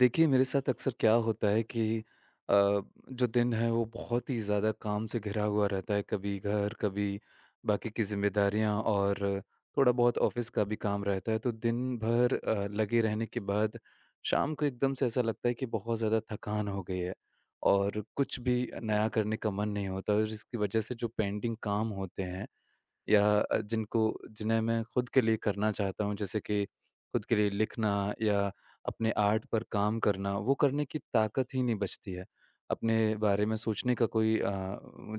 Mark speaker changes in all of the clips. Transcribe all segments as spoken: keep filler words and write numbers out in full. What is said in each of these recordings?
Speaker 1: देखिए, मेरे साथ अक्सर क्या होता है कि अ, जो दिन है वो बहुत ही ज़्यादा काम से घिरा हुआ रहता है। कभी घर, कभी बाकी की ज़िम्मेदारियाँ और थोड़ा बहुत ऑफ़िस का भी काम रहता है। तो दिन भर अ, लगे रहने के बाद शाम को एकदम से ऐसा लगता है कि बहुत ज़्यादा थकान हो गई है और कुछ भी नया करने का मन नहीं होता, और इसकी वज़ह से जो पेंडिंग काम होते हैं या अ, जिनको जिन्हें मैं खुद के लिए करना चाहता हूँ, जैसे कि खुद के लिए लिखना या अपने आर्ट पर काम करना, वो करने की ताकत ही नहीं बचती है। अपने बारे में सोचने का कोई अ,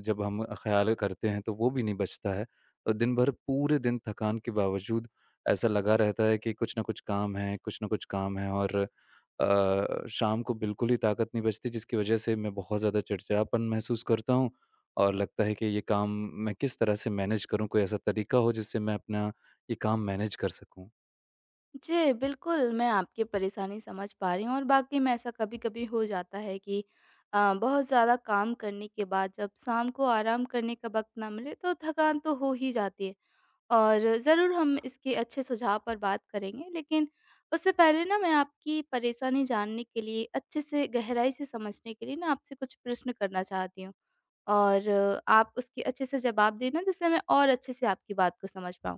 Speaker 1: जब हम ख़्याल करते हैं तो वो भी नहीं बचता है। और दिन भर, पूरे दिन थकान के बावजूद ऐसा लगा रहता है कि कुछ न कुछ काम है, कुछ न कुछ काम है, और अ, शाम को बिल्कुल ही ताकत नहीं बचती, जिसकी वज़ह से मैं बहुत ज़्यादा चिड़चिड़ापन महसूस करता हूँ और लगता है कि ये काम मैं किस तरह से मैनेज करूँ? कोई ऐसा तरीका हो जिससे मैं अपना ये काम मैनेज कर सकूँ?
Speaker 2: जी, बिल्कुल, मैं आपकी परेशानी समझ पा रही हूँ और वाक़ई में ऐसा कभी-कभी हो जाता है कि अ, बहुत ज़्यादा काम करने के बाद जब शाम को आराम करने का वक़्त ना मिले, तो थकान तो हो ही जाती है और ज़रूर हम इसके अच्छे सुझाव पर बात करेंगे। लेकिन उससे पहले ना मैं आपकी परेशानी जानने के लिए, अच्छे से गहराई से समझने के लिए ना आपसे कुछ प्रश्न करना चाहती हूँ और आप उसके अच्छे से जवाब देना जिससे मैं और अच्छे से आपकी बात को समझ पाऊँ।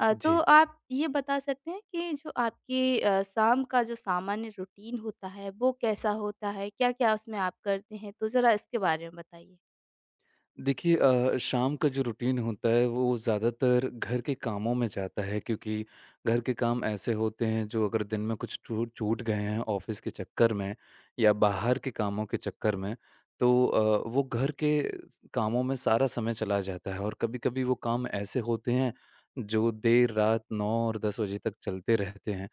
Speaker 2: अ, तो
Speaker 1: जी।
Speaker 2: आप ये बता सकते हैं कि जो आपकी अ, शाम का जो सामान्य रूटीन होता है, वो कैसा होता है? क्या-क्या उसमें आप करते हैं? तो ज़रा इसके बारे में बताइए।
Speaker 1: देखिए, अ, शाम का जो रूटीन होता है वो ज़्यादातर घर के कामों में जाता है, क्योंकि घर के काम ऐसे होते हैं जो अगर दिन में कुछ छूट छूट गए हैं ऑफिस के चक्कर में या बाहर के कामों के चक्कर में, तो अ, वो घर के कामों में सारा समय चला जाता है, और कभी-कभी वो काम ऐसे होते हैं जो देर रात नौ और दस बजे तक चलते रहते हैं।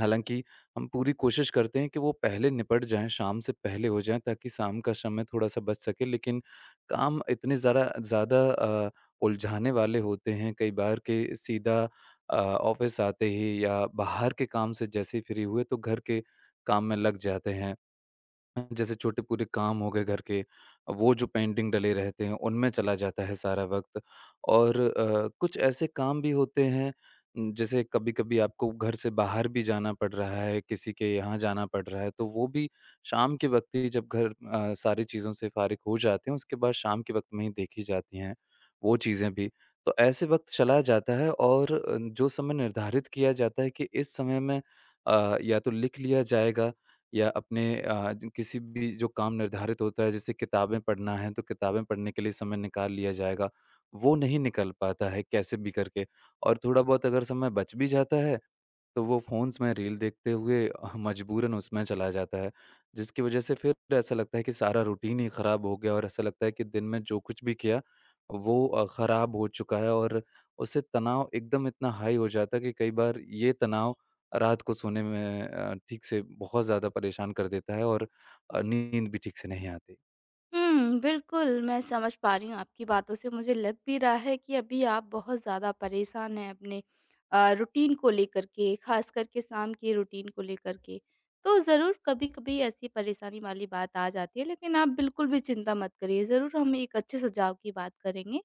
Speaker 1: हालाँकि हम पूरी कोशिश करते हैं कि वो पहले निपट जाएँ, शाम से पहले हो जाएँ, ताकि शाम का समय थोड़ा-सा बच सके, लेकिन काम इतने ज़रा ज़्यादा अ, उलझाने वाले होते हैं कई बार, कि सीधा अ, ऑफ़िस आते ही या बाहर के काम से जैसे ही फ्री हुए तो घर के काम में लग जाते हैं। जैसे छोटे पूरे काम हो गए घर के, वो जो पेंडिंग डले रहते हैं, उनमें चला जाता है सारा वक़्त। और अ, कुछ ऐसे काम भी होते हैं न, जैसे कभी-कभी आपको घर से बाहर भी जाना पड़ रहा है, किसी के यहाँ जाना पड़ रहा है, तो वो भी शाम के वक़्त ही, जब घर अ, सारी चीज़ों से फ़ारिग हो जाते हैं, उसके बाद शाम के वक़्त में ही देखी जाती हैं वो चीज़ें भी। तो ऐसे वक़्त चला जाता है, और अ, जो समय निर्धारित किया जाता है कि इस समय में अ, या तो लिख लिया जाएगा या अपने अ, ज किसी भी जो काम निर्धारित होता है, जैसे किताबें पढ़ना है तो किताबें पढ़ने के लिए समय निकाल लिया जाएगा, वो नहीं निकल पाता है कैसे भी करके। और थोड़ा बहुत अगर समय बच भी जाता है तो वो फ़ोन्स में रील देखते हुए अह, मजबूरन उसमें चला जाता है, जिसकी वजह से फिर ऐसा लगता है कि सारा रूटीन ही खराब हो गया, और ऐसा लगता है कि दिन में जो कुछ भी किया, वो अ, खराब हो चुका है, और उससे तनाव एकदम इतना हाई हो जाता है कि कई बार ये तनाव रात को सोने में अ, ठीक से बहुत ज़्यादा परेशान कर देता है, और अ, नींद भी ठीक से नहीं आती।
Speaker 2: हुँ, बिल्कुल, मैं समझ पा रही हूँ आपकी बातों से मुझे लग भी रहा है कि अभी आप बहुत ज़्यादा परेशान हैं अपने अ, रूटीन को लेकर के, ख़ास करके शाम के रूटीन को लेकर के। तो ज़रूर कभी-कभी ऐसी परेशानी वाली बात आ जाती है, लेकिन आप बिल्कुल भी चिंता मत करिए, ज़रूर हम एक अच्छे सुझाव की बात करेंगे।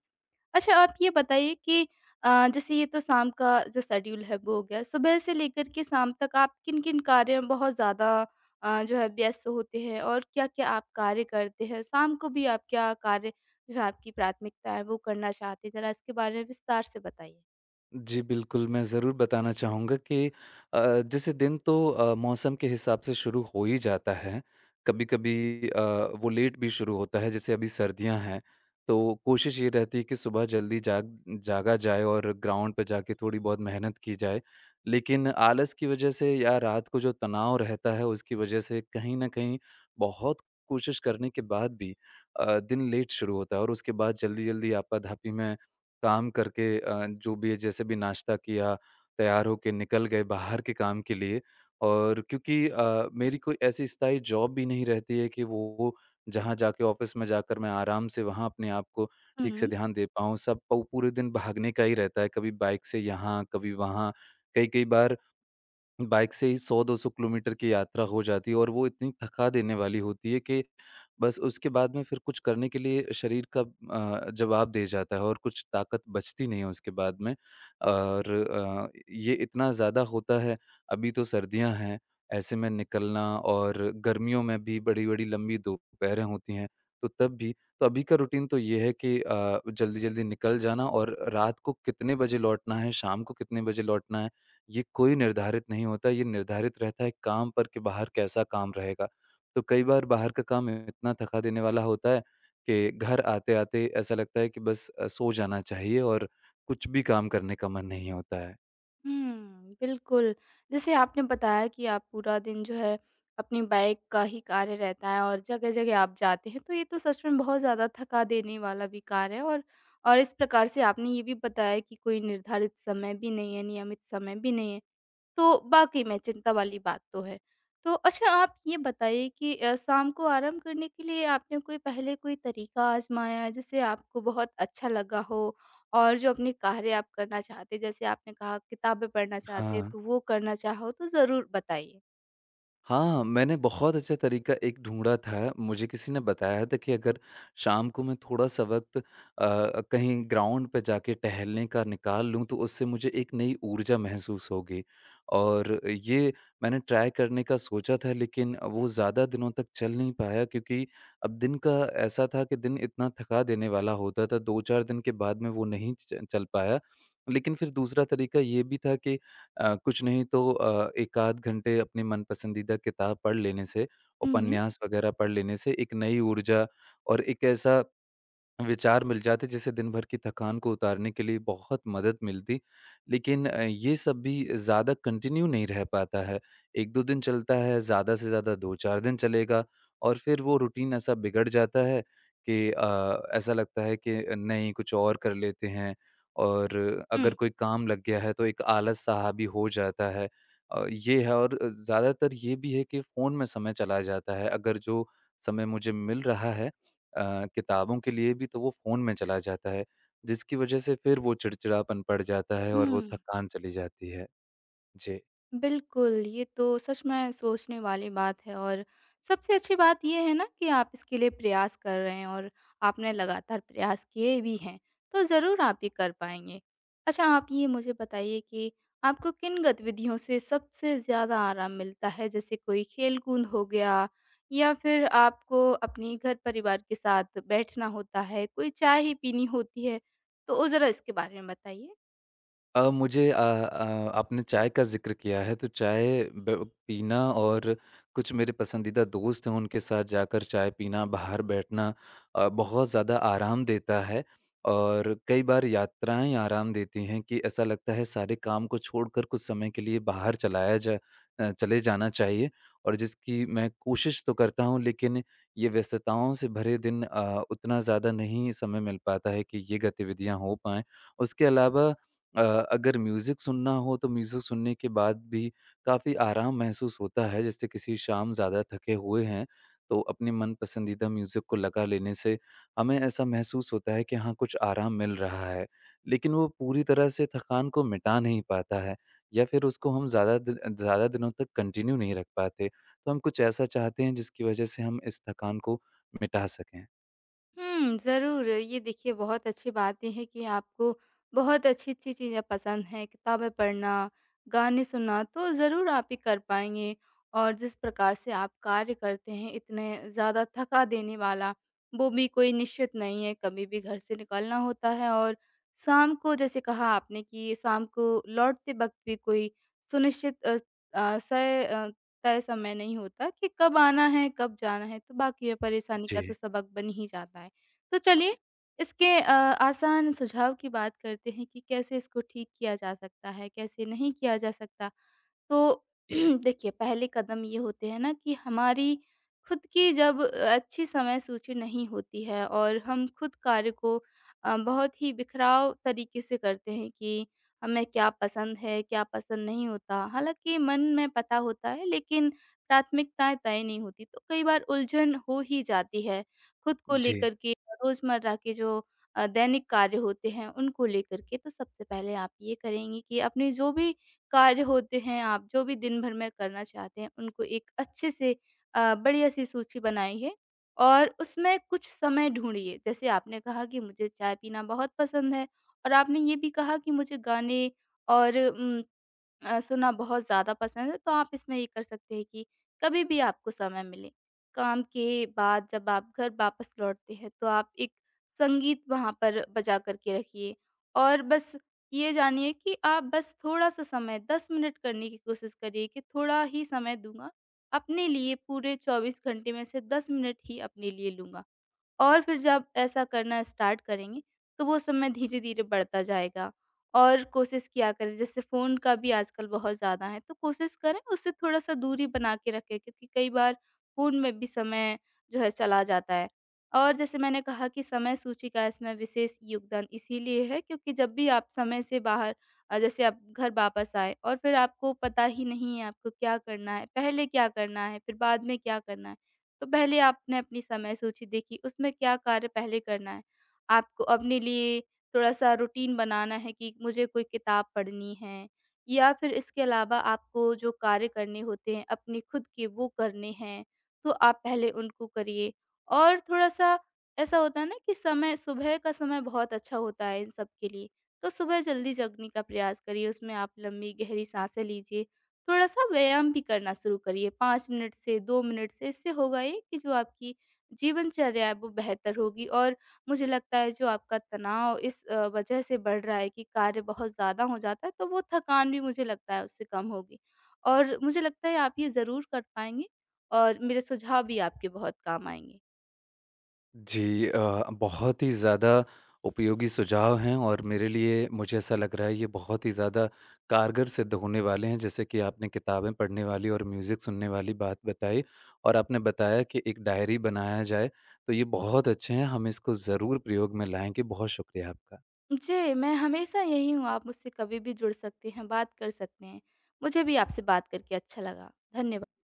Speaker 2: अच्छा, आप ये बताइए कि अ, जैसे ये तो शाम का जो शेड्यूल है वो हो गया। सुबह से लेकर के शाम तक आप किन-किन कार्यों में बहुत ज़्यादा अ, जो है व्यस्त होते हैं और क्या-क्या आप कार्य करते हैं? शाम को भी आप क्या कार्य जो है आपकी प्राथमिकता है वो करना चाहते हैं? ज़रा इसके बारे में विस्तार से बताइए।
Speaker 1: जी, बिल्कुल, मैं ज़रूर बताना चाहूँगा कि अ, जैसे दिन तो अ, मौसम के हिसाब से शुरू हो ही जाता है। कभी-कभी अ, वो लेट भी शुरू होता है, जैसे अभी सर्दियाँ हैं, तो कोशिश ये रहती है कि सुबह जल्दी जाग जागा जाए और ग्राउंड पे जाके थोड़ी बहुत मेहनत की जाए। लेकिन आलस की वजह से, या रात को जो तनाव रहता है, उसकी वजह से, कहीं न कहीं बहुत कोशिश करने के बाद भी अ, दिन लेट शुरू होता है, और उसके बाद जल्दी-जल्दी आपाधापी में काम करके, अ, जो भी है जैसे भी नाश्ता किया, तैयार होके निकल गए बाहर के काम के लिए। और क्योंकि अ, मेरी कोई ऐसी स्थायी जॉब भी नहीं रहती है कि वो, जहाँ जाके, ऑफ़िस में जाकर मैं आराम से वहाँ अपने आप को ठीक से
Speaker 2: हुँ।
Speaker 1: ध्यान दे पाऊँ। सब पू पूरे दिन भागने का ही रहता है, कभी बाइक से यहाँ, कभी वहाँ। कई-कई बार बाइक से ही सौ दो सौ किलोमीटर की यात्रा हो जाती है, और वो इतनी थका देने वाली होती है कि बस उसके बाद में फिर कुछ करने के लिए शरीर का अ, जवाब दे जाता है, और कुछ ताकत बचती नहीं है उसके बाद में। और अ, ये इतना ज़्यादा होता है, अभी तो सर्दियाँ हैं, ऐसे में निकलना, और गर्मियों में भी बड़ी-बड़ी लंबी दोपहरें होती हैं, तो तब भी। तो अभी का रूटीन तो ये है कि अ, जल्दी-जल्दी निकल जाना, और रात को कितने बजे लौटना है, शाम को कितने बजे लौटना है, ये कोई निर्धारित नहीं होता, ये निर्धारित रहता है काम पर कि बाहर कैसा काम रहेगा। तो कई बार बाहर का काम इतना थका देने वाला होता है कि घर आते-आते ऐसा लगता है कि बस अ, सो जाना चाहिए, और कुछ भी काम करने का मन नहीं होता है।
Speaker 2: हुँ, बिल्कुल। जैसे आपने बताया कि आप पूरा दिन जो है अपनी बाइक का ही कार्य रहता है और जगह-जगह आप जाते हैं, तो ये तो सच में बहुत ज़्यादा थका देने वाला भी कार्य है और और इस प्रकार से आपने ये भी बताया कि कोई निर्धारित समय भी नहीं है, नियमित समय भी नहीं है। तो वाक़ई में चिंता वाली बात तो है। तो अच्छा आप ये बताइए कि अ, शाम को आराम करने के लिए आपने कोई पहले कोई तरीका आज़माया जिससे आपको बहुत अच्छा लगा हो? और जो अपने कार्य आप करना चाहते हैं, जैसे आपने कहा किताबें पढ़ना चाहते हैं,
Speaker 1: हाँ।
Speaker 2: तो वो करना चाहो तो ज़रूर बताइए?
Speaker 1: हाँ, मैंने बहुत अच्छा तरीका एक ढूँढा था। मुझे किसी ने बताया था कि अगर शाम को मैं थोड़ा-सा वक़्त अ, कहीं ग्राउंड पे जाके टहलने का निकाल लूँ, तो उससे मुझे एक नई ऊर्जा महसूस होगी। और ये मैंने ट्राई करने का सोचा था, लेकिन वो ज़्यादा दिनों तक चल नहीं पाया, क्योंकि अब दिन का ऐसा था कि दिन इतना थका देने वाला होता था, दो चार दिन के बाद में वो नहीं च चल पाया। लेकिन फिर दूसरा तरीका ये भी था कि अ, कुछ नहीं तो अ, एक आध घंटे अपनी मन पसंदीदा किताब पढ़ लेने से,
Speaker 2: हुँ, हुँ।
Speaker 1: उपन्यास वगैरह पढ़ लेने से, एक नई ऊर्जा और एक ऐसा विचार मिल जाते, जिससे दिन भर की थकान को उतारने के लिए बहुत मदद मिलती। लेकिन अ, ये सब भी ज़्यादा कंटिन्यू नहीं रह पाता है। एक दो दिन चलता है, ज़्यादा से ज़्यादा दो चार दिन चलेगा, और फिर वो रूटीन ऐसा बिगड़ जाता है कि अ, ऐसा लगता है कि नहीं, कुछ और कर लेते हैं, और अगर
Speaker 2: हुँ,
Speaker 1: कोई काम लग गया है तो एक आलस-सा हावी हो जाता है। अ, ये है। और ज़्यादातर ये भी है कि फ़ोन में समय चला जाता है। अगर जो समय मुझे मिल रहा है अ, किताबों के लिए भी, तो वो फ़ोन में चला जाता है, जिसकी वजह से फिर वो चिड़चिड़ापन पड़ जाता है और वो
Speaker 2: हुँ।
Speaker 1: थकान चली जाती है। जी।
Speaker 2: बिल्कुल, ये तो सच में सोचने वाली बात है और सबसे अच्छी बात ये है ना कि आप इसके लिए प्रयास कर रहे हैं और आपने लगातार प्रयास किए भी हैं, तो ज़रूर आप ये कर पाएँगे। अच्छा आप ये मुझे बताइए कि आपको किन गतिविधियों से सबसे ज़्यादा आराम मिलता है? जैसे कोई खेल-कूद हो गया या फिर आपको अपने घर-परिवार के साथ बैठना होता है, कोई चाय ही पीनी होती है? तो ज़रा इसके बारे में बताइए।
Speaker 1: अ, मुझे अ अ, आपने चाय का ज़िक्र किया है, तो चाय ब पीना, और कुछ मेरे पसंदीदा दोस्त हैं उनके साथ जाकर चाय पीना, बाहर बैठना, अ, बहुत ज़्यादा आराम देता है। और कई बार यात्राएँ आराम देती हैं, कि ऐसा लगता है सारे काम को छोड़कर कुछ समय के लिए बाहर चलाया जा अ, चले जाना चाहिए, और जिसकी मैं कोशिश तो करता हूँ, लेकिन ये व्यस्तताओं से भरे दिन, अ, उतना ज़्यादा नहीं समय मिल पाता है कि ये गतिविधियाँ हो पाएँ। उसके अलावा अ, अगर म्यूज़िक सुनना हो, तो म्यूज़िक सुनने के बाद भी काफ़ी आराम महसूस होता है। जैसे किसी शाम ज़्यादा थके हुए हैं, तो अपने मन पसंदीदा म्यूज़िक को लगा लेने से हमें ऐसा महसूस होता है कि हाँ, कुछ आराम मिल रहा है। लेकिन वो पूरी तरह से थकान को मिटा नहीं पाता है, या फिर उसको हम ज़्यादा दिन ज़्यादा दिनों तक कंटिन्यू नहीं रख पाते। तो हम कुछ ऐसा चाहते हैं जिसकी वजह से हम इस थकान को मिटा सकें।
Speaker 2: हुँ, ज़रूर। ये देखिए बहुत अच्छी बातें हैं कि आपको बहुत अच्छी-अच्छी चीज़ें पसंद हैं, किताबें पढ़ना, गाने सुनना, तो ज़रूर आप ये कर पाएँगे। और जिस प्रकार से आप कार्य करते हैं, इतने ज़्यादा थका देने वाला, वो भी कोई निश्चित नहीं है, कभी भी घर से निकलना होता है और शाम को जैसे कहा आपने कि शाम को लौटते वक़्त भी कोई सुनिश्चित अ अ, सय अ तय समय नहीं होता कि कब आना है, कब जाना है, तो वाक़ई ये परेशानी का तो
Speaker 1: जी,
Speaker 2: सबक बन ही जाता है। तो चलिए इसके अ, आसान सुझाव की बात करते हैं कि कैसे इसको ठीक किया जा सकता है, कैसे नहीं किया जा सकता। तो देखिए पहले कदम ये होते हैं ना कि हमारी खुद की जब अच्छी समय सूची नहीं होती है और हम खुद कार्य को अ, बहुत ही बिखराव तरीके से करते हैं कि हमें क्या पसंद है, क्या पसंद नहीं होता। हालाँकि मन में पता होता है लेकिन प्राथमिकताएँ तय नहीं होती, तो कई बार उलझन हो ही जाती है, खुद को
Speaker 1: जी।
Speaker 2: लेकर के रोज़मर्रा के जो अ, दैनिक कार्य होते हैं उनको लेकर के। तो सबसे पहले आप ये करेंगी कि अपनी जो भी कार्य होते हैं, आप जो भी दिन भर में करना चाहते हैं, उनको एक अच्छे से अ, बढ़िया-सी सूची बनाइए और उसमें कुछ समय ढूँढिए। जैसे आपने कहा कि मुझे चाय पीना बहुत पसंद है और आपने ये भी कहा कि मुझे गाने और उम अ, सुनना बहुत ज़्यादा पसंद है, तो आप इसमें ये कर सकते हैं कि कभी भी आपको समय मिले, काम के बाद जब आप घर वापस लौटते हैं, तो आप एक संगीत वहाँ पर बजा कर के रखिए और बस ये जानिए कि आप बस थोड़ा-सा समय दस मिनट करने की कोशिश करिए कि थोड़ा ही समय दूँगा, अपने लिए पूरे चौबीस घंटे में से दस मिनट ही अपने लिए लूँगा। और फिर जब ऐसा करना स्टार्ट करेंगे, तो वो समय धीरे-धीरे बढ़ता जाएगा। और कोशिश किया करें जैसे फ़ोन का भी आजकल बहुत ज़्यादा है, तो कोशिश करें उससे थोड़ा-सा दूरी बना के रखें क्योंकि कई बार फ़ोन में भी समय जो है चला जाता है। और जैसे मैंने कहा कि समय सूची का इसमें विशेष योगदान इसीलिए है क्योंकि जब भी आप समय से बाहर अ, जैसे आप घर वापस आए और फिर आपको पता ही नहीं है आपको क्या करना है, पहले क्या करना है, फिर बाद में क्या करना है। तो पहले आपने अपनी समय सूची देखी, उसमें क्या कार्य पहले करना है। आपको अपने लिए थोड़ा-सा रूटीन बनाना है कि मुझे कोई किताब पढ़नी है या फिर इसके अलावा आपको जो कार्य करने होते हैं, अपने खुद के वो करने हैं, तो आप पहले उनको करिए। और थोड़ा-सा ऐसा होता है ना कि समय सुबह का समय बहुत अच्छा होता है इन सब के लिए, तो सुबह जल्दी जगने का प्रयास करिए, उसमें आप लंबी गहरी साँसें लीजिए थोड़ा-सा व्यायाम भी करना शुरू करिए पाँच मिनट से दो मिनट से। इससे होगा ये कि जो आपकी जीवनचर्या है वो बेहतर होगी और मुझे लगता है जो आपका तनाव इस अ, वजह से बढ़ रहा है कि कार्य बहुत ज़्यादा हो जाता है तो वो थकान भी मुझे लगता है उससे कम होगी। और मुझे लगता है आप ये ज़रूर कर पाएँगे और मेरे सुझाव भी आपके बहुत काम आएँगे।
Speaker 1: जी, अ, बहुत ही ज़्यादा उपयोगी सुझाव हैं, और मेरे लिए, मुझे ऐसा लग रहा है, ये बहुत ही ज़्यादा कारगर सिद्ध होने वाले हैं। जैसे कि आपने किताबें पढ़ने वाली और म्यूज़िक सुनने वाली बात बताई, और आपने बताया कि एक डायरी बनाया जाए, तो ये बहुत अच्छे हैं। हम इसको ज़रूर प्रयोग में लाएंगे। बहुत शुक्रिया आपका।
Speaker 2: जी, मैं हमेशा यही हूँ, आप मुझसे कभी भी जुड़ सकते हैं, बात कर सकते हैं। मुझे भी आपसे बात करके अच्छा लगा। धन्यवा